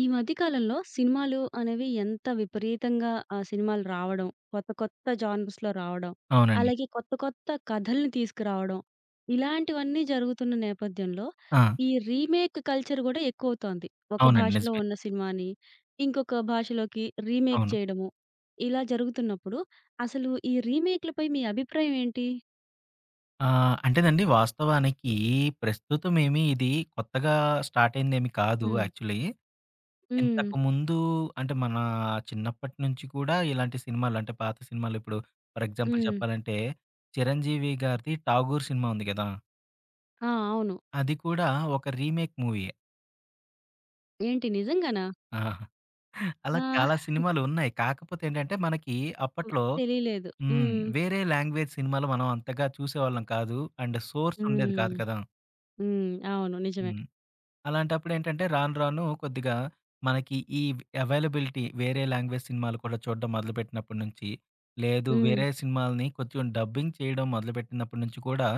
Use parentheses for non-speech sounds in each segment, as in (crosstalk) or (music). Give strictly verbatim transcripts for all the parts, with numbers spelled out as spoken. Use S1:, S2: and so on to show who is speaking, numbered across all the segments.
S1: ఈ మధ్య కాలంలో సినిమాలు అనేవి ఎంత విపరీతంగా ఆ సినిమాలు రావడం, కొత్త కొత్త జానర్స్‌లో రావడం,
S2: అవునండి.
S1: అలాగే కొత్త కొత్త కథల్ని తీసుకురావడం, ఇలాంటివన్నీ జరుగుతున్న నేపథ్యంలో
S2: ఆ!
S1: ఈ రీమేక్ కల్చర్ గూడా ఎక్కువవుతోంది. ఒక
S2: అవునండి.
S1: భాషలో
S2: నిజమే.
S1: ఉన్న సినిమాని ఇంకొక భాషలోకి రీమేక్
S2: అవును.
S1: చేయడము, ఇలా జరుగుతున్నప్పుడు అసలు ఈ రీమేక్‌లపై మీ అభిప్రాయం ఏంటి?
S2: ఆహ్, అంటేనండి వాస్తవానికి ప్రస్తుతమేమి ఇది కొత్తగా స్టార్ట్ అయిందేమి కాదు
S1: హ్మ్.
S2: యాక్చువల్లీ.
S1: హ్మ్.
S2: ఇంతకుముందు అంటే మన చిన్నప్పటి నుంచి కూడా ఇలాంటి సినిమాలు అంటే పాత సినిమాలు ఇప్పుడు ఫర్ ఎగ్జాంపుల్
S1: హ్మ్.
S2: చెప్పాలంటే 'చిరంజీవి' గారిది 'ఠాగూర్' సినిమా ఉంది గదా!
S1: ఆ! అవును.
S2: అది కూడా ఒక రీమేక్ మూవీయే.
S1: ఏంటి నిజంగానా?
S2: ఆ! అలా
S1: ఆ!
S2: చాలా సినిమాలు ఉన్నాయి. కాకపోతే ఏంటంటే మనకి
S1: మ
S2: అప్పట్లో
S1: తెలియలేదు.
S2: హ్మ్.
S1: హ్మ్.
S2: వేరే లాంగ్వేజ్ సినిమాలు మనం అంతగా చూసేవాళ్ళం కాదు. అండ్ సోర్స్ ఉండేది
S1: హ్మ్.
S2: కాదు కదా!
S1: హ్మ్. అవును. నిజమే.
S2: హ్మ్. అలాంటప్పుడేంటంటే రాను రాను కొద్దిగా మనకి ఈ అవైలబిలిటీ వేరే లాంగ్వేజ్ సినిమాలు కూడా చూడడం మొదలుపెట్టినప్పటి నుంచి, లేదు
S1: హ్మ్.
S2: వేరే సినిమాల్ని కొంచెం డబ్బింగ్ చేయడం మొదలుపెట్టినప్పటి నుంచి కూడా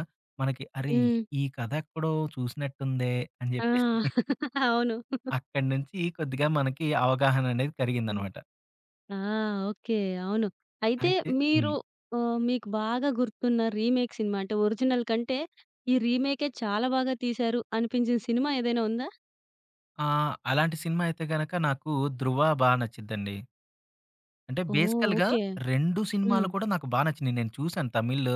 S2: మనకి అరే!
S1: హ్మ్.
S2: ఈ కథ ఎక్కడో చూసినట్టుందే అని
S1: ఆ!
S2: జెప్పేసి (laughs)
S1: (laughs) అవును.
S2: అక్కడి నుంచి కొద్దిగా మనకి అవగాహన అనేది
S1: హ్మ్.
S2: కలిగిందనమాట.
S1: ఆ! ఓకే. అవును. అయితే
S2: అయితే
S1: మీరు
S2: హ్మ్.
S1: ఆహ్, మీకు బాగా గుర్తున్న రీమేక్ సినిమా అంటే ఒరిజినల్ కంటే ఈ రీమేకే చాలా బాగా తీశారు అనిపించిన సినిమా ఏదైనా ఉందా?
S2: ఆహ్, అలాంటి సినిమా అయితే గనక నాకు 'ధ్రువ' బా నచ్చిద్దండి. అంటే
S1: ఓహ్!
S2: బేసికల్‌గా
S1: ఓకే.
S2: రెండు
S1: హ్మ్.
S2: సినిమాలు కూడా నాకు బా నచ్చినియి. నేను చూసాను తమిళ్.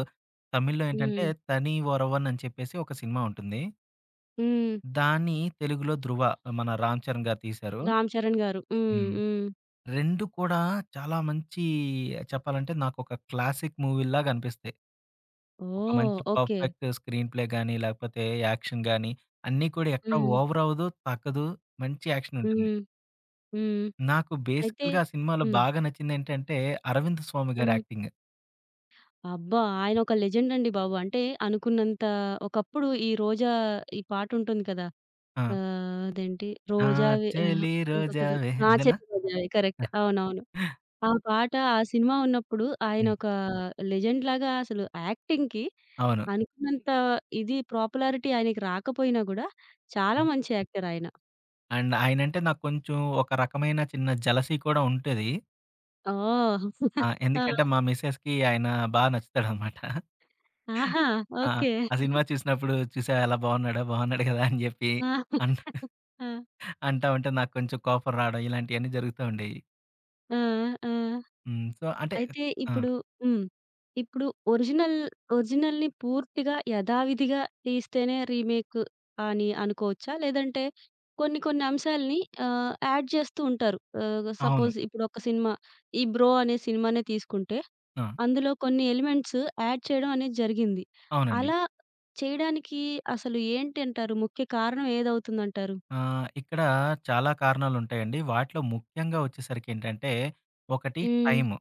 S2: తమిళ్లో ఏంటంటే
S1: హ్మ్.
S2: 'తని ఒరవన్' అని చెప్పేసి ఒక సినిమా ఉంటుంది.
S1: హ్మ్.
S2: దాన్ని తెలుగులో 'ధృవ' మన 'రామ్ చరణ్' గారు తీశారు.
S1: 'రామ్ చరణ్' గారు. హ్మ్.
S2: హ్మ్.
S1: హ్మ్.
S2: రెండూ కూడా చాలా మంచి చెప్పాలంటే నాకొక క్లాసిక్ మూవీ‌ల్లాగా అనిపిస్తాయి. ఒక
S1: ఓహ్!
S2: మంచి
S1: ఓకే.
S2: పర్ఫెక్ట్ స్క్రీన్ ప్లే గాని, లేకపోతే యాక్షన్ గాని అన్నీ కూడా ఎక్కడ
S1: హ్మ్.
S2: ఓవర్ అవ్వదు, తగ్గదు. మంచి యాక్షన్ ఉంటుంది.
S1: హ్మ్. హ్మ్.
S2: నాకు
S1: అయితే
S2: బేసికల్‌గా ఆ సినిమాలో
S1: హ్మ్.
S2: బాగా నచ్చిందేంటంటే 'అరవింద్ స్వామి' గారి
S1: హ్మ్.
S2: యాక్టింగ్.
S1: అబ్బా! ఆయన ఒక లెజెండ్ అండి బాబు. అంటే అనుకున్నంత ఒకప్పుడు ఈ రోజా ఈ పాటుంటుంది కదా!
S2: ఆ!
S1: ఆహ్, అదేంటి
S2: నా
S1: రోజావే అహా!
S2: చెలి
S1: ఇంకొకటి
S2: రోజావే
S1: ఆ!
S2: ఇదేనా?
S1: 'చెరి రోజావే' కరెక్ట్. అవునవును. ఆ పాట, ఆ సినిమా ఉన్నప్పుడు ఆయన
S2: హ్మ్.
S1: ఒక లెజెండ్ లాగా అసలు యాక్టింగ్‌కి
S2: అవును.
S1: అనుకున్నంత ఇది పాపులారిటీ ఆయనకి రాకపోయినా గూడా చాలా
S2: హ్మ్.
S1: మంచి యాక్టర్ ఆయన.
S2: అండ్ ఆయనంటే నాకు కొంచెం ఒక రకమైన చిన్న జెలసీ కూడా ఉంటది.
S1: ఓహ్!
S2: ఆ!
S1: (laughs) ఆ!
S2: ఎందుకంటే మా మిసెస్‌కి ఆయన బా నచ్చుతాడనమాట.
S1: ఆహా!
S2: ఆ!
S1: ఓకే.
S2: ఆ సినిమా చూసినప్పుడు చూసావా ఎలా బాగున్నాడో, బాగున్నాడు కదా! అని చెప్పి
S1: ఆ!
S2: అన్
S1: ఆ!
S2: అంటా ఉంటే నాకు కొంచెం కోపం రావడం ఇలాంటియన్నీ జరుగుతూ ఉండేయి.
S1: ఆ! ఆ!
S2: హ్మ్. సో, అంటే
S1: అయితే
S2: ఆ!
S1: ఇప్పుడు హ్మ్. ఇప్పుడు ఒరిజినల్ ఒరిజినల్‌ని పూర్తిగా యథావిధిగా తీస్తేనే రీమేక్ అని అనుకోవచ్చా? లేదంటే కొన్ని కొన్ని అంశాల్ని ఆహ్, యాడ్ చేస్తూ ఉంటారు. ఆహ్,
S2: అవును.
S1: సపోజ్ ఇప్పుడు ఒక సినిమా ఈ 'బ్రో' అనే సినిమానే తీసుకుంటే
S2: ఆ!
S1: అందులో కొన్ని ఎలిమెంట్స్ యాడ్ చేయడం అనేది జరిగింది.
S2: అవునండి.
S1: అలా చేయడానికి అసలు ఏంటంటారు? ముఖ్య కారణం ఏదవుతుందంటారు?
S2: ఆహ్, ఇక్కడ చాలా కారణాలుంటాయండి. వాటిలో ముఖ్యంగా వచ్చేసరికేంటంటే ఒకటి
S1: హ్మ్.
S2: టైమ్.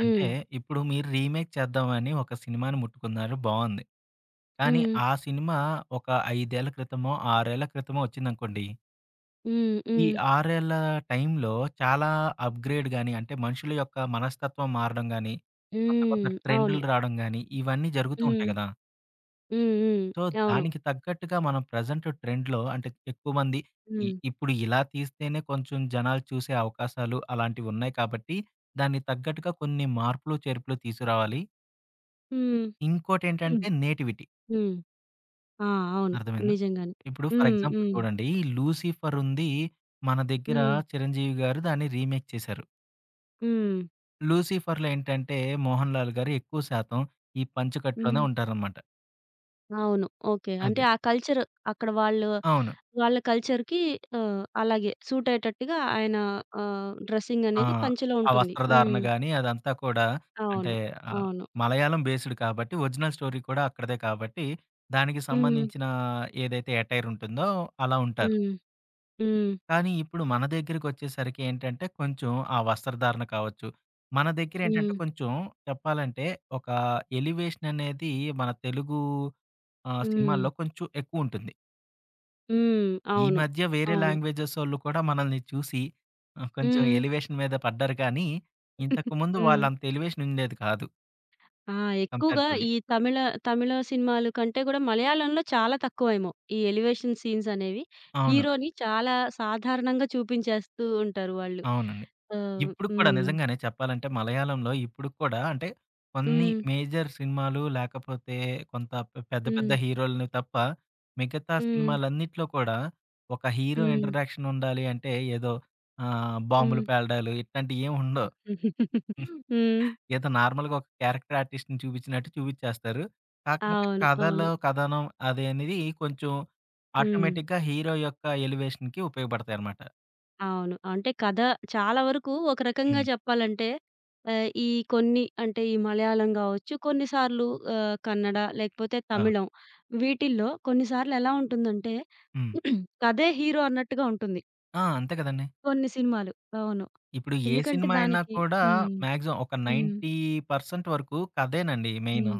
S1: హ్మ్.
S2: అంటే ఇప్పుడు మీరు రీమేక్ చేద్దామని ఒక సినిమాని ముట్టుకున్నారు బావుంది. కానీ
S1: హ్మ్.
S2: ఆ సినిమా ఒక ఐదు ఏళ్ల క్రితమో, ఆరు ఏళ్ల క్రితమో వచ్చిందనుకోండి.
S1: హ్మ్.
S2: ఈ
S1: హ్మ్.
S2: ఆరు ఏళ్ల టైంలో చాలా అప్‌గ్రేడ్ గాని, అంటే మనుషుల యొక్క మనస్తత్వం మారడం గాని, కొత్త కొత్త
S1: హ్మ్. అవును.
S2: ట్రెండ్‌లు రావడం గాని, ఇవన్నీ జరుగుతూ
S1: హ్మ్.
S2: ఉంటాయి గదా!
S1: హ్మ్. హ్మ్.
S2: సో,
S1: అవును.
S2: దానికి తగ్గట్టుగా మనం ప్రెజెంట్ ట్రెండ్‌లో అంటే ఎక్కువ మంది ఇ
S1: హ్మ్.
S2: ఇప్పుడు ఇలా తీస్తేనే కొంచెం జనాలు చూసే అవకాశాలు అలాంటివున్నాయి కాబట్టి, దానికి తగ్గట్టుగా కొన్ని మార్పులు, చేర్పులు తీసుకురావాలి.
S1: హ్మ్. హ్మ్.
S2: ఇంకోటేంటంటే నేటివిటీ.
S1: హ్మ్. ఆ! అవును.
S2: అర్థమైందా?
S1: నిజంగానే.
S2: ఇప్పుడు ఫర్
S1: హ్మ్.
S2: ఎగ్జాంపుల్
S1: హ్మ్.
S2: చూడండి 'లూసిఫర్' ఉంది. మన దగ్గర
S1: హ్మ్.
S2: 'చిరంజీవి' గారు దాన్ని రీమేక్ చేశారు.
S1: హ్మ్.
S2: 'లూసిఫర్‌లో' ఏంటంటే 'మోహన్ లాల్' గారు ఎక్కువ శాతం ఈ పంచకట్టులోనే
S1: హ్మ్.
S2: ఉంటారనమాట.
S1: అవును. ఓకే. అంటే
S2: అది.
S1: ఆ కల్చర్ అక్కడ వాళ్ళు
S2: అవును.
S1: వాళ్ళ కల్చర్‌కి ఆహ్, అలాగే సూట్ అయ్యేటట్టుగా ఆయన ఆహ్, డ్రెస్సింగ్
S2: ఆ!
S1: అనేది పంచెలో
S2: ఆ
S1: ఉంటుంది.
S2: వస్త్రధారణ
S1: హ్మ్.
S2: గాని అదంతా కూడా అంటే
S1: అవును.
S2: ఆహ్,
S1: అవును.
S2: మలయాళం బేస్డ్ కాబట్టి ఒరిజినల్ స్టోరీ కూడా అక్కడిదే కాబట్టి దానికి
S1: హ్మ్.
S2: సంబంధించిన ఏదైతే ఎటైర్ ఉంటుందో అలా ఉంటారు.
S1: హ్మ్. హ్మ్.
S2: కానీ ఇప్పుడు మన దగ్గరికొచ్చేసరికి ఏంటంటే, కొంచెం ఆ వస్త్రధారణ కావచ్చు. మన దగ్గరేంటంటే,
S1: హ్మ్.
S2: కొంచెం చెప్పాలంటే ఒక ఎలివేషన్ అనేది మన తెలుగు ఆహ్,
S1: హ్మ్.
S2: సినిమాల్లో కొంచెం ఎక్కువుంటుంది.
S1: హ్మ్.
S2: ఈ
S1: అవును.
S2: మధ్య వేరే
S1: అవును.
S2: లాంగ్వేజెసోళ్ళు కూడా మనల్ని చూసి ఆహ్, కొంచెం
S1: హ్మ్.
S2: ఎలివేషన్ మీద పడ్డారు కానీ, ఇంతకుముందు
S1: హ్మ్.
S2: వాళ్ళంత ఎలివేషన్ ఉండేది కాదు
S1: ఆ! ఎక్కువగా
S2: కంపారిటివ్‌లీ.
S1: ఈ తమిళ, తమిళ సినిమాలు కంటే గూడా మలయాళంలో చాలా తక్కువేమో. ఈ ఎలివేషన్ సీన్స్ అనేవి.
S2: అవును.
S1: హీరోని చాలా సాధారణంగా చూపించేస్తూ ఉంటారు వాళ్ళు.
S2: అవునండి.
S1: ఆహ్,
S2: ఇప్పుడు కూడా
S1: హ్మ్.
S2: నిజంగానే చెప్పాలంటే మలయాళంలో ఇప్పుడు కూడా అంటే కొన్ని
S1: హ్మ్.
S2: మేజర్ సినిమాలు లేకపోతే కొంత పె పెద్ద పెద్ద
S1: హ్మ్.
S2: హీరోలని తప్ప మిగతా
S1: హ్మ్.
S2: సినిమాలన్నిట్లో కూడా ఒక హీరో
S1: హ్మ్.
S2: ఇంట్రడక్షన్ ఉండాలి అంటే ఏదో ఆహ్, బాంబులు
S1: హ్మ్.
S2: పేలడాలు ఇట్లాంటియేం ఉండవు.
S1: (laughs) హ్మ్.
S2: ఏదో నార్మల్‌గా ఒక క్యారెక్టర్ ఆర్టిస్ట్‌ని చూపించినట్టు చూపించేస్తారు. కాకపోతే
S1: అవును. అవును.
S2: కథలో కథనం అది అనేది కొంచెం
S1: హ్మ్.
S2: ఆటోమేటిక్‌గా హీరో యొక్క ఎలివేషన్‌కి ఉపయోగపడతాయన్నమాట.
S1: అవును. అంటే కథ చాలా వరకు ఒక రకంగా
S2: హ్మ్.
S1: చెప్పాలంటే ఆహ్, ఈ కొన్ని అంటే ఈ మలయాళం గావచ్చు, కొన్నిసార్లు ఆహ్, కన్నడ లేకపోతే
S2: ఆ!
S1: తమిళం వీటిల్లో కొన్నిసార్లు ఎలా ఉంటుందంటే
S2: హ్మ్.
S1: కథే హీరో అన్నట్టుగా ఉంటుంది.
S2: ఆ! అంతే కదండీ!
S1: కొన్ని సినిమాలు. అవును.
S2: ఇప్పుడు ఏ
S1: ఎందుకంటే
S2: సినిమా అయినా
S1: దానికి
S2: కూడా
S1: హ్మ్.
S2: మాక్సిమం ఒక
S1: హ్మ్.
S2: తొంభై శాతం వరకు కథేనండి మెయిను.
S1: హ్మ్.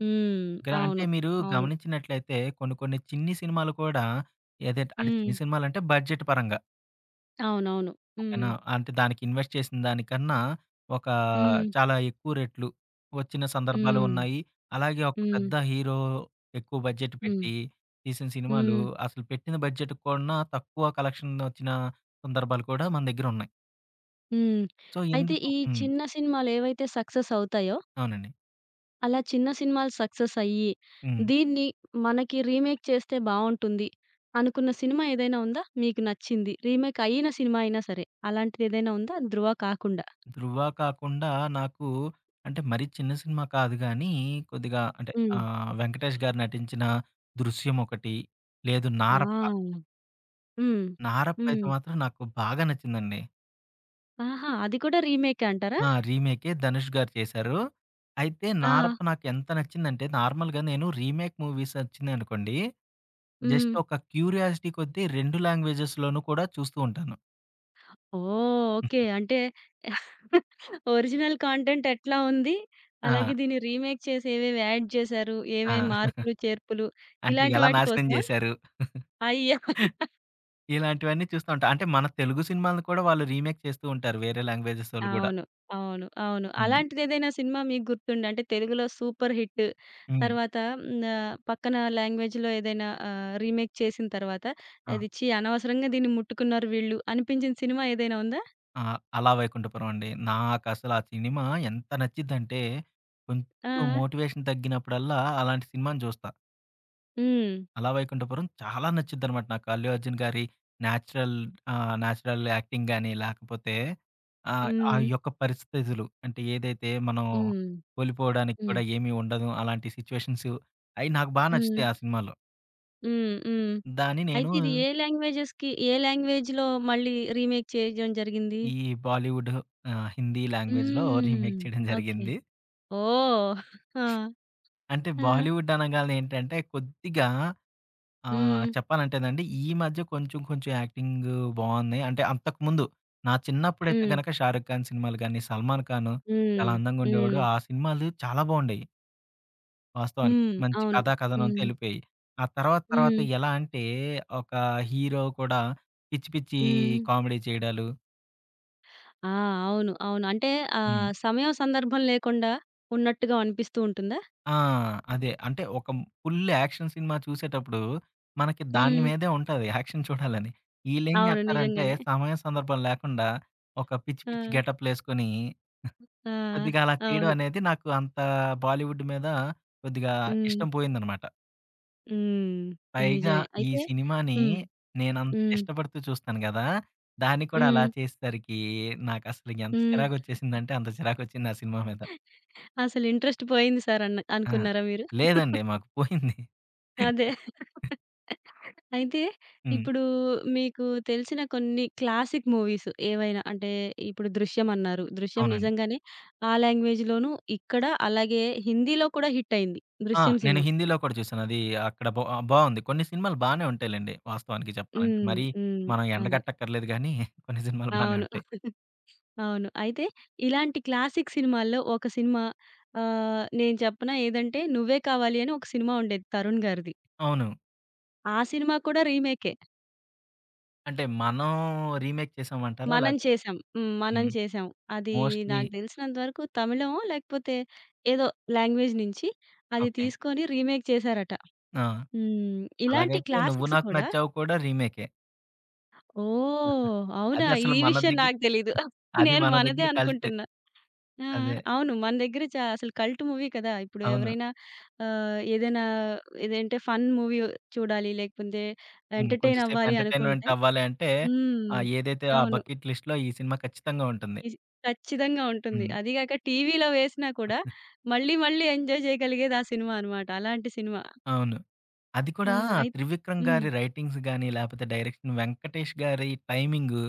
S1: హ్మ్.
S2: ఓకేనా? అంటే
S1: అవును.
S2: మీరు
S1: అవును.
S2: గమనించినట్లయితే కొన్ని కొన్ని చిన్ని సినిమాలు కూడా ఏదైతే అంటే
S1: హ్మ్.
S2: చిన్ని సినిమాలంటే బడ్జెట్ పరంగా
S1: అవునవును. హ్మ్.
S2: ఓకేనా? అంటే దానికి ఇన్వెస్ట్ చేసిన దానికన్నా ఒక
S1: హ్మ్.
S2: చాలా ఎక్కువ రెట్లు వచ్చిన సందర్భాలు
S1: హ్మ్.
S2: ఉన్నాయి. అలాగే ఒక
S1: హ్మ్.
S2: పెద్ద హీరో ఎక్కువ బడ్జెట్
S1: హ్మ్.
S2: పెట్టి తీసిన సినిమాలు
S1: హ్మ్.
S2: అసలు పెట్టిన బడ్జెట్ కన్నా తక్కువ కలెక్షన్ వచ్చిన సందర్భాలు కూడా మన దగ్గరున్నాయి.
S1: హ్మ్.
S2: సో,
S1: అయితే
S2: ఎందుకు
S1: ఈ
S2: హ్మ్.
S1: చిన్న సినిమాలేవైతే సక్సెస్ అవుతాయో,
S2: అవునండి.
S1: అలా చిన్న సినిమాలు సక్సెస్ అయ్యి,
S2: హ్మ్.
S1: దీన్ని మనకి రీమేక్ చేస్తే బావుంటుంది అనుకున్న సినిమా ఏదైనా ఉందా? మీకు నచ్చింది. రీమేక్ అయిన సినిమా అయినా సరే. అలాంటిదేదైనా ఉందా? 'ధ్రువ' కాకుండా?
S2: ధృవ కాకుండా నాకు అంటే మరీ చిన్న సినిమా కాదు గానీ, కొద్దిగా హ్మ్. అంటే
S1: హ్మ్.
S2: ఆహ్, వెంకటేష్ గారు నటించిన 'దృశ్యం' ఒకటి, లేదు
S1: ఆ!
S2: 'నారప్ప'.
S1: హ్మ్.
S2: 'నారప్ప' అయితే
S1: హ్మ్.
S2: మాత్రం నాకు బాగా నచ్చిందండి.
S1: ఆహా! అది కూడా రీమేకే అంటారా?
S2: ఆ! రీమేకే ధనుష్ గారు చేశారు. అయితే
S1: ఆ!
S2: 'నారప్ప' నాకెంత నచ్చిందంటే నార్మల్‌గా నేను రీమేక్ మూవీస్ వచ్చినాయనుకోండి, జస్ట్
S1: హ్మ్.
S2: ఒక క్యూరియాసిటీ కొద్దీ రెండు లాంగ్వేజెస్‌లోనూ కూడా చూస్తూ ఉంటాను.
S1: ఓహ్! ఓకే.
S2: (laughs)
S1: అంటే (laughs) ఒరిజినల్ కంటెంట్ ఎట్లా ఉంది?
S2: ఆ!
S1: అలాగే దీన్ని రీమేక్ చేసి ఏవేవి యాడ్ చేశారు?
S2: ఆ!
S1: ఏమేం మార్పులు, చేర్పులు
S2: అంటే
S1: ఇలాంటి
S2: ఎలా
S1: వాటి
S2: నాశనం
S1: కోసమా?
S2: జేశారు?
S1: అయ్యో!
S2: ఇలాంటివన్నీ చూస్తూ ఉంటాం. అంటే మన తెలుగు సినిమాలను కూడా వాళ్ళు రీమేక్ చేస్తూ ఉంటారు. వేరే లాంగ్వేజెసోళ్ళు గూడా.
S1: అవును. అవును. అవును.
S2: హ్మ్.
S1: అలాంటిదేదైనా సినిమా మీకు గుర్తుందా? అంటే తెలుగులో సూపర్ హిట్
S2: హ్మ్.
S1: తర్వాత హ్మ్. ఆహ్, పక్కన లాంగ్వేజ్‌లో ఏదైనా ఆహ్, రీమేక్ చేసిన తర్వాత
S2: ఆ!
S1: అది ఛీ! అనవసరంగా దీన్ని ముట్టుకున్నారు వీళ్ళు అనిపించిన సినిమా ఏదైనా ఉందా?
S2: ఆ! 'అల వైకుంఠపురం' అండి. నాకసల ఆ సినిమా ఎంత నచ్చిద్దంటే,
S1: ఆ!
S2: కొంచెం
S1: ఆ!
S2: మోటివేషన్ తగ్గినప్పుడల్లా అలాంటి సినిమాని జూస్తా.
S1: హ్మ్.
S2: 'అల వైకుంఠపురం' చాలా నచ్చిద్దనమాట నాకు. 'అల్లు అర్జున్' గారి నేచురల్ ఆహ్, నేచురల్ యాక్టింగ్ గాని, లేకపోతే ఆహ్, ఆ
S1: హ్మ్.
S2: యొక్క పరిస్థితులు అంటే ఏదైతే మనం
S1: హ్మ్.
S2: కోల్పోవడానికి
S1: హ్మ్.
S2: కూడా ఏమీ ఉండదు. అలాంటి సిట్యుయేషన్స్ అయి నాకు బా
S1: హ్మ్.
S2: నచ్చుతాయి ఆ సినిమాలో.
S1: హ్మ్. హ్మ్.
S2: దాన్ని నేను
S1: అయితే ఇది ఏ లాంగ్వేజెస్‌కి ఏ లాంగ్వేజ్‌లో మళ్ళీ రీమేక్ చేయడం జరిగింది?
S2: ఈ బాలీవుడ్ ఆహ్, హిందీ లాంగ్వేజ్‌లో
S1: హ్మ్.
S2: రీమేక్ చేయడం
S1: ఓకే.
S2: జరిగింది.
S1: ఓహ్! ఆ!
S2: అంటే
S1: ఆ!
S2: బాలీవుడ్ అనగానే ఏంటంటే కొద్దిగా ఆహ్,
S1: హ్మ్.
S2: చెప్పాలంటేనండి ఈ మధ్య కొంచెం కొంచెం యాక్టింగ్ బావున్నాయి. అంటే అంతకుముందు నా చిన్నప్పుడైతే
S1: హ్మ్.
S2: గనక 'షారుక్ ఖాన్' సినిమాలు గాని, 'సల్మాన్ ఖాన్'
S1: హ్మ్.
S2: చాలా అందంగా ఉండేవాడు.
S1: హ్మ్.
S2: ఆ సినిమాలు చాలా బావుండేయి వాస్తవానికి.
S1: హ్మ్.
S2: మంచి
S1: అవును.
S2: కథా కథనంతో
S1: హ్మ్.
S2: ఎళ్ళిపోయాయి. ఆ తర్వాత తర్వాత
S1: హ్మ్.
S2: ఎలా అంటే ఒక హీరో కూడా పిచ్చి పిచ్చి
S1: హ్మ్.
S2: కామెడీ చేయడాలు
S1: ఆ! అవును. అవును. అంటే
S2: హ్మ్.
S1: ఆహ్, సమయం, సందర్భం లేకుండా ఉన్నట్టుగా అనిపిస్తూ ఉంటుందా?
S2: ఆ! అదే. అంటే ఒక ఫుల్ యాక్షన్ సినిమా చూసేటప్పుడు మనకి దాని
S1: హ్మ్.
S2: మీదే ఉంటది యాక్షన్ చూడాలని. ఈళ్ళేం
S1: అవును.
S2: జేత్తారంటే
S1: నిజంగానే.
S2: సమయం, సందర్భం లేకుండా ఒక పిచ్చి
S1: ఆ!
S2: పిచ్చి గెటప్‌లేసుకొని
S1: ఆ!
S2: కొద్దిగా అలా చేయడం
S1: అవును.
S2: అనేది నాకు అంత బాలీవుడ్ మీద కొద్దిగా
S1: హ్మ్.
S2: ఇష్టం పోయిందనమాట.
S1: హ్మ్. ఇది
S2: పైగా
S1: నిజమే.
S2: ఈ
S1: అయితే
S2: సినిమాని
S1: హ్మ్.
S2: నేనంత
S1: హ్మ్.
S2: ఇష్టపడుతూ చూస్తాను గదా! దాన్ని కూడా అలా
S1: హ్మ్.
S2: చేసేసరికి నాకసలు ఎంత
S1: హ్మ్.
S2: చిరాకొచ్చేసిందంటే అంత చిరాకొచ్చింది ఆ సినిమా మీద.
S1: అసలు ఇంట్రెస్ట్ పోయింది సార్ అన్న
S2: ఆ!
S1: అనుకున్నారా మీరు?
S2: లేదండి. మాకు పోయింది.
S1: అదే. అయితే
S2: హ్మ్.
S1: ఇప్పుడు మీకు తెలిసిన కొన్ని క్లాసిక్ మూవీస్ ఏవైనా అంటే ఇప్పుడు 'దృశ్యం' అన్నారు. 'దృశ్యం'
S2: అవునండి.
S1: నిజంగానే ఆ లాంగ్వేజ్‌లోనూ ఇక్కడ అలాగే హిందీలో కూడా హిట్ అయింది
S2: ఆ!
S1: 'దృశ్యం'
S2: నేను
S1: సినిమా.
S2: హిందీలో కూడా చూసాను. అది అక్కడ బా బావుంది. కొన్ని సినిమాలు బానే ఉంటాయిలెండి వాస్తవానికి చెప్పాలంటే.
S1: హ్మ్.
S2: మరి
S1: హ్మ్.
S2: మనం
S1: అదే.
S2: ఎండగట్టక్కర్లేదు గానీ (laughs) కొన్ని సినిమాలు బానే
S1: అవును.
S2: ఉంటాయి.
S1: అవును. అయితే ఇలాంటి క్లాసిక్ సినిమాల్లో ఒక సినిమా ఆహ్, నేను చెప్పనా ఏదంటే 'నువ్వే కావాలి' అని ఒక సినిమా ఉండేది తరుణ్ గారిది.
S2: అవును.
S1: ఆ సినిమా కూడా రీమేకే.
S2: అంటే మనం రీమేక్ చేసామంటారా?
S1: మనం
S2: లేకపోతే
S1: చేసాం. హ్మ్. మనం
S2: హ్మ్.
S1: చేసాం. అది
S2: మోస్ట్‌లీ
S1: నాకు తెలిసినంత వరకు తమిళమో లేకపోతే ఏదో లాంగ్వేజ్ నుంచి అది
S2: ఓకే.
S1: తీసుకొని రీమేక్ చేశారట.
S2: ఆ!
S1: హ్మ్. ఇలాంటి
S2: అలాగైతే 'నువ్వు
S1: క్లాసిక్స్
S2: నాకు
S1: కూడా
S2: నచ్చావు' కూడా రీమేకే. (laughs)
S1: ఓహ్! అవునా?
S2: అది
S1: ఈ
S2: అసలు మన
S1: విషయం
S2: దగ్గర
S1: నాకు తెలీదు.
S2: అది
S1: నేను
S2: మన
S1: మనదే
S2: దగ్గర కల్ట్.
S1: అనుకుంటున్నా. ఆ!
S2: అదే.
S1: అవును. మన దగ్గర చ అసలు కల్ట్ మూవీ కదా! ఇప్పుడు
S2: అవును.
S1: ఎవరైనా ఆహ్, ఏదైనా ఏదంటే ఫన్ మూవీ చూడాలి, లేకపోతే
S2: హ్మ్.
S1: ఎంటర్‌టైన్
S2: కొంచెం సేపు
S1: అవ్వాలి అనుకుంటే
S2: ఎంటర్‌టైన్‌మెంట్ అవ్వాలి అంటే
S1: హ్మ్.
S2: ఆహ్, ఏదైతే ఆ
S1: అవును.
S2: బకెట్ లిస్ట్‌లో ఈ సినిమా ఖచ్చితంగా ఉంటుంది.
S1: ఇస్ ఖచ్చితంగా ఉంటుంది.
S2: హ్మ్.
S1: అదీగాక టీవీలో వేసినా కూడా మళ్ళీ మళ్ళీ ఎంజాయ్ చేయగలిగేది ఆ సినిమా అన్నమాట. అలాంటి సినిమా.
S2: అవును. అది
S1: ఆ!
S2: కూడా
S1: అయి
S2: 'త్రివిక్రమ్'
S1: హ్మ్.
S2: గారి రైటింగ్స్ గాని, లేపోతే డైరెక్షన్ 'వెంకటేష్' గారి టైమింగు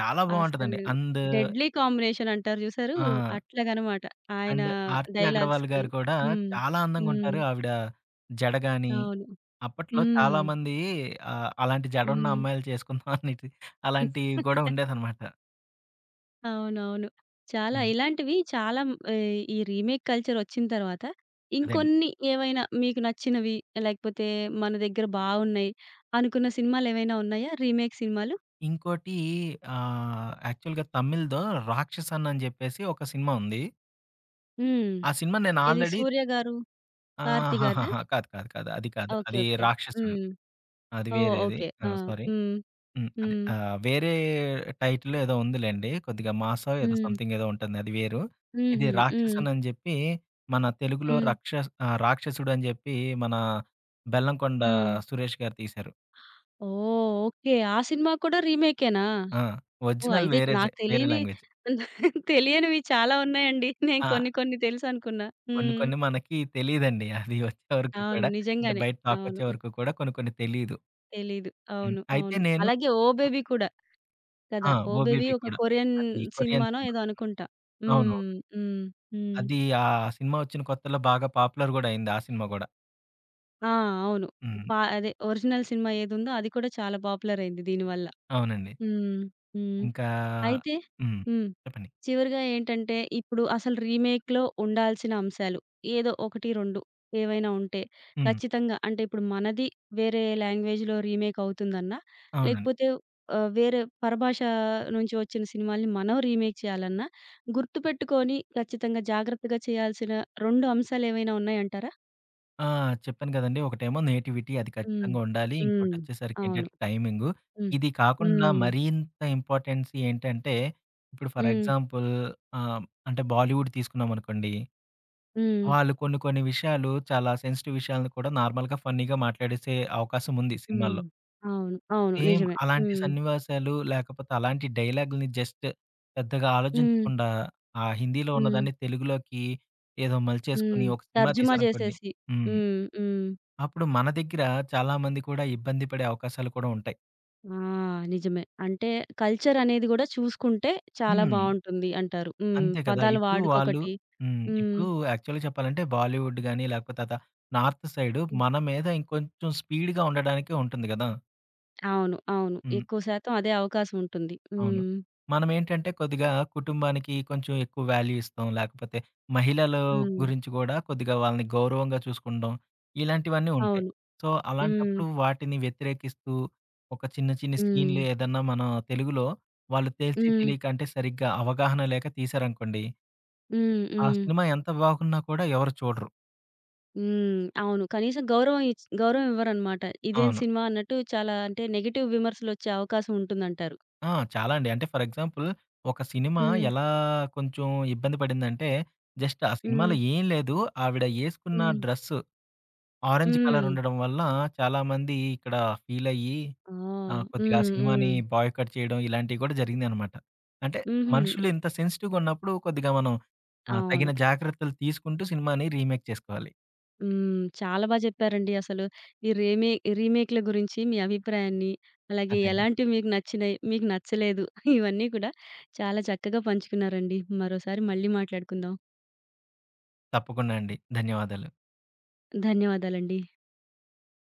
S2: చాలా బావుంటదండి.
S1: అసలు
S2: అండ్
S1: డెడ్లీ కాంబినేషన్ అంటారు చూసారు?
S2: ఆ!
S1: అట్లాగనమాట. ఆయన
S2: అండ్ 'ఆర్తి అగర్వాల్'
S1: డైలాగ్స్‌కి.
S2: గారు కూడా
S1: హ్మ్.
S2: చాలా అందంగా
S1: హ్మ్.
S2: ఉంటారు. ఆవిడ జడ గాని,
S1: అవును.
S2: అప్పట్లో
S1: హ్మ్.
S2: చాలామంది ఆహ్, అలాంటి జడున్న
S1: హ్మ్.
S2: అమ్మాయిలు చేసుకుందాం అనేసి అలాంటివి కూడా ఉండేదనమాట.
S1: అవునవును. చాలా
S2: హ్మ్.
S1: ఇలాంటివి చాలా హ్మ్, ఆహ్, ఈ రీమేక్ కల్చర్ వచ్చిన తర్వాత,
S2: అదండి.
S1: ఇంకొన్ని ఏవైనా మీకు నచ్చినవి, లేకపోతే మన దగ్గర బావున్నాయి అనుకున్న సినిమాలేవైనా ఉన్నాయా? రీమేక్ సినిమాలు?
S2: ఇంకోటి ఆహ్, యాక్చువల్‌గా తమిళ్‌దో 'రాక్షసన్' అని చెప్పేసి ఒక సినిమా ఉంది.
S1: హ్మ్.
S2: ఆ సినిమా నేను
S1: ఏది
S2: ఆల్రెడీ
S1: 'సూర్య' గారు, 'కార్తీ' గారిదా?
S2: ఆహాహాహా! కాదు, కాదు, కాదు. అది కాదు.
S1: ఓకే.
S2: అది
S1: ఓకే.
S2: 'రాక్షసుడు.'
S1: హ్మ్.
S2: అది
S1: ఓహ్!
S2: వేరేది.
S1: ఓకే.
S2: ఆ!
S1: ఆ!
S2: సారీ.
S1: హ్మ్.
S2: హ్మ్. అదే
S1: హ్మ్.
S2: ఆహ్, వేరే టైటిల్ ఏదో ఉందిలెండి. కొద్దిగా మాసో ఏదో
S1: హ్మ్.
S2: సంథింగ్ ఏదో ఉంటుంది. అది వేరు. ఇది
S1: హుహు. హ్మ్.
S2: 'రాక్షసన్' అని చెప్పి మన తెలుగులో
S1: హ్మ్.
S2: రక్ష ఆహ్, 'రాక్షసుడు' అని చెప్పి మన 'బెల్లంకొండ
S1: ఆ!
S2: సురేష్' గారు తీశారు.
S1: ఓహ్! ఓకే. ఆ సినిమా కూడా రీమేకేనా?
S2: ఆ!
S1: ఓహ్!
S2: ఒరిజినల్
S1: అయితే
S2: వేరే జె
S1: నాకు
S2: వేరే
S1: తెలియని
S2: లాంగ్వేజ్.
S1: (laughs) తెలియనివి చాలా ఉన్నాయండి. నేను
S2: ఆ!
S1: కొన్ని కొన్ని తెలుసనుకున్నా.
S2: కొన్ని
S1: హ్మ్.
S2: కొన్ని మనకి తెలీదండి. అది వచ్చే వరకు
S1: అవును.
S2: కూడా అంటే
S1: నిజంగానే.
S2: బయట
S1: అవును.
S2: టాకొచ్చే వరకు కూడా కొన్ని కొన్ని తెలీదు.
S1: తెలీదు.
S2: హ్మ్.
S1: అవును.
S2: అయితే
S1: అవును.
S2: నేను
S1: అలాగే 'ఓ బేబీ' కూడా కదా!
S2: ఆ!
S1: 'ఓ బేబీ'
S2: 'ఓబీబీ'
S1: ఒక
S2: కూడా.
S1: కొరియన్
S2: అది కొరియన్
S1: సినిమానో
S2: సినిమా.
S1: ఏదో అనుకుంటా.
S2: అవును.
S1: హ్మ్. హ్మ్. హ్మ్.
S2: అది ఆ సినిమా వచ్చిన కొత్తలో బాగా పాపులర్ గూడా అయింది. ఆ సినిమా గూడా.
S1: ఆ! అవును.
S2: హ్మ్.
S1: పా అదే ఒరిజినల్ సినిమా ఏదుందో అది కూడా చాలా పాపులర్ అయింది దీనివల్ల.
S2: అవునండి.
S1: హ్మ్. హ్మ్.
S2: ఇంకా
S1: అయితే
S2: హ్మ్.
S1: హ్మ్.
S2: చెప్పండి.
S1: చివరగా ఏంటంటే, ఇప్పుడు అసలు రీమేక్‌లో ఉండాల్సిన అంశాలు ఏదో ఒకటి, రెండు ఏవైనా ఉంటే
S2: హ్మ్.
S1: ఖచ్చితంగా అంటే ఇప్పుడు మనది వేరే లాంగ్వేజ్‌లో రీమేక్ అవుతుందన్నా,
S2: అవునండి.
S1: లేకపోతే ఆహ్, వేరే పరభాష నుంచి వచ్చిన సినిమాల్ని మనం రీమేక్ చేయాలన్నా, గుర్తుపెట్టుకొని ఖచ్చితంగా జాగ్రత్తగా చేయాల్సిన రెండు అంశాలు ఏవైనా ఉన్నాయంటారా?
S2: ఆ! చెప్పాను గదండీ! ఒకటేమో నేటివిటీ అది
S1: హ్మ్.
S2: ఖచ్చితంగా ఉండాలి.
S1: హ్మ్.
S2: ఇంకోటొచ్చేసరికి
S1: అవును.
S2: ఏంటంటే టైమింగు.
S1: హ్మ్.
S2: ఇది కాకుండా
S1: హ్మ్.
S2: మరింత ఇంపార్టెన్స్ ఏంటంటే, ఇప్పుడు ఫర్
S1: హ్మ్.
S2: ఎగ్జాంపుల్ ఆహ్, అంటే బాలీవుడ్ తీసుకున్నామనుకోండి.
S1: హ్మ్.
S2: వాళ్ళు కొన్ని కొన్ని విషయాలు చాలా సెన్సిటివ్ విషయాలను కూడా నార్మల్‌గా ఫన్నీగా మాట్లాడేసే అవకాశం ఉంది
S1: హ్మ్.
S2: సినిమాల్లో.
S1: అవును. అవును.
S2: సేమ్
S1: నిజమే.
S2: అలాంటి
S1: హ్మ్.
S2: సన్నివేశాలు, లేకపోతే అలాంటి డైలాగ్‌లని జస్ట్ పెద్దగా
S1: హ్మ్.
S2: ఆలోచించకుండా, ఆ హిందీలో
S1: హ్మ్.
S2: ఉన్నదాన్ని తెలుగులోకి ఏదో మలిచేసుకొని
S1: హ్మ్.
S2: ఒక సినిమా
S1: తర్జుమా
S2: తీశారనుకోండి
S1: జేసేసి.
S2: హ్మ్.
S1: హ్మ్. హ్మ్.
S2: అప్పుడు మన దగ్గర చాలామంది కూడా ఇబ్బంది పడే అవకాశాలు కూడా ఉంటాయి.
S1: ఆ! నిజమే. అంటే కల్చర్ అనేది గూడా చూసుకుంటే చాలా
S2: హ్మ్.
S1: బావుంటుంది అంటారు. హ్మ్.
S2: అంతే కదా!
S1: పదాల
S2: ఇప్పుడు వాళ్ళు
S1: వాడుకొకటి.
S2: హ్మ్.
S1: హ్మ్.
S2: ఇప్పుడు యాక్చువల్‌గా చెప్పాలంటే బాలీవుడ్ గాని, లేకపోతే అత నార్త్ సైడు
S1: హ్మ్.
S2: మన మీద ఇంకొంచెం స్పీడ్‌గా ఉండడానికే ఉంటుంది గదా!
S1: అవును. అవును.
S2: హ్మ్.
S1: ఎక్కువ శాతం అదే అవకాశం ఉంటుంది.
S2: అవును.
S1: హ్మ్.
S2: మనమేంటంటే కొద్దిగా కుటుంబానికి కొంచెం ఎక్కువ వాల్యూ ఇస్తాం. లేకపోతే మహిళల
S1: హ్మ్.
S2: గురించి గూడా కొద్దిగా వాళ్ళని గౌరవంగా చూసుకుండం. ఇలాంటివన్నీ ఉంటాయి.
S1: అవును.
S2: సో,
S1: హ్మ్.
S2: అలాంటప్పుడు వాటిని వ్యతిరేకిస్తూ ఒక చిన్న చిన్న
S1: హ్మ్.
S2: సీన్‌లు ఏదన్నా మన తెలుగులో వాళ్ళు తెలిసి
S1: హ్మ్.
S2: తెలియక అంటే సరిగ్గా అవగాహన లేక తీశారనుకోండి.
S1: హ్మ్.
S2: ఆ
S1: హ్మ్.
S2: సినిమా ఎంత బాగున్నా కూడా ఎవరు చూడరు.
S1: హ్మ్. అవును. కనీసం గౌరవం ఇచ్ గౌరవం ఇవ్వరనమాట. ఇదేం
S2: అవును.
S1: సినిమా అన్నట్టు చాలా అంటే నెగెటివ్ విమర్శలొచ్చే అవకాశం ఉంటుందంటారు.
S2: ఆ! చాలా అండి. అంటే ఫర్ ఎగ్జాంపుల్ ఒక సినిమా
S1: హ్మ్.
S2: ఎలా కొంచెం ఇబ్బంది పడిందంటే జస్ట్ ఆ
S1: హ్మ్.
S2: సినిమాలో ఏం లేదు. ఆవిడ యేసుకున్న
S1: హ్మ్.
S2: డ్రెస్సు ఆరెంజ్ కలర్
S1: హ్మ్.
S2: ఉండడం వల్ల చాలామంది ఇక్కడ ఫీలయ్యి
S1: ఆ!
S2: ఆహ్, కొద్దిగా ఆ
S1: హ్మ్.
S2: సినిమాని
S1: హ్మ్.
S2: బాయ్‌కట్ చేయడం ఇలాంటివి కూడా జరిగిందనమాట. అంటే
S1: హుహు.
S2: మనుషులు ఇంత సెన్సిటివ్‌గా ఉన్నప్పుడు కొద్దిగా మనం ఆహ్,
S1: అవును.
S2: తగిన జాగ్రత్తలు తీసుకుంటూ సినిమాని రీమేక్ చేసుకోవాలి.
S1: హ్మ్. చాలా బా చెప్పారండి అసలు. ఈ రీమే రీమేక్‌ల గురించి మీ అభిప్రాయాన్ని, అలాగే
S2: అదే అండి.
S1: ఎలాంటివి మీకు నచ్చినయి, మీకు నచ్చలేదు ఇవన్నీ కూడా చాలా చక్కగా పంచుకున్నారండి. మరోసారి మళ్ళీ మాట్లాడుకుందాం.
S2: తప్పకుండా అండి. ధన్యవాదాలు.
S1: ధన్యవాదాలండి.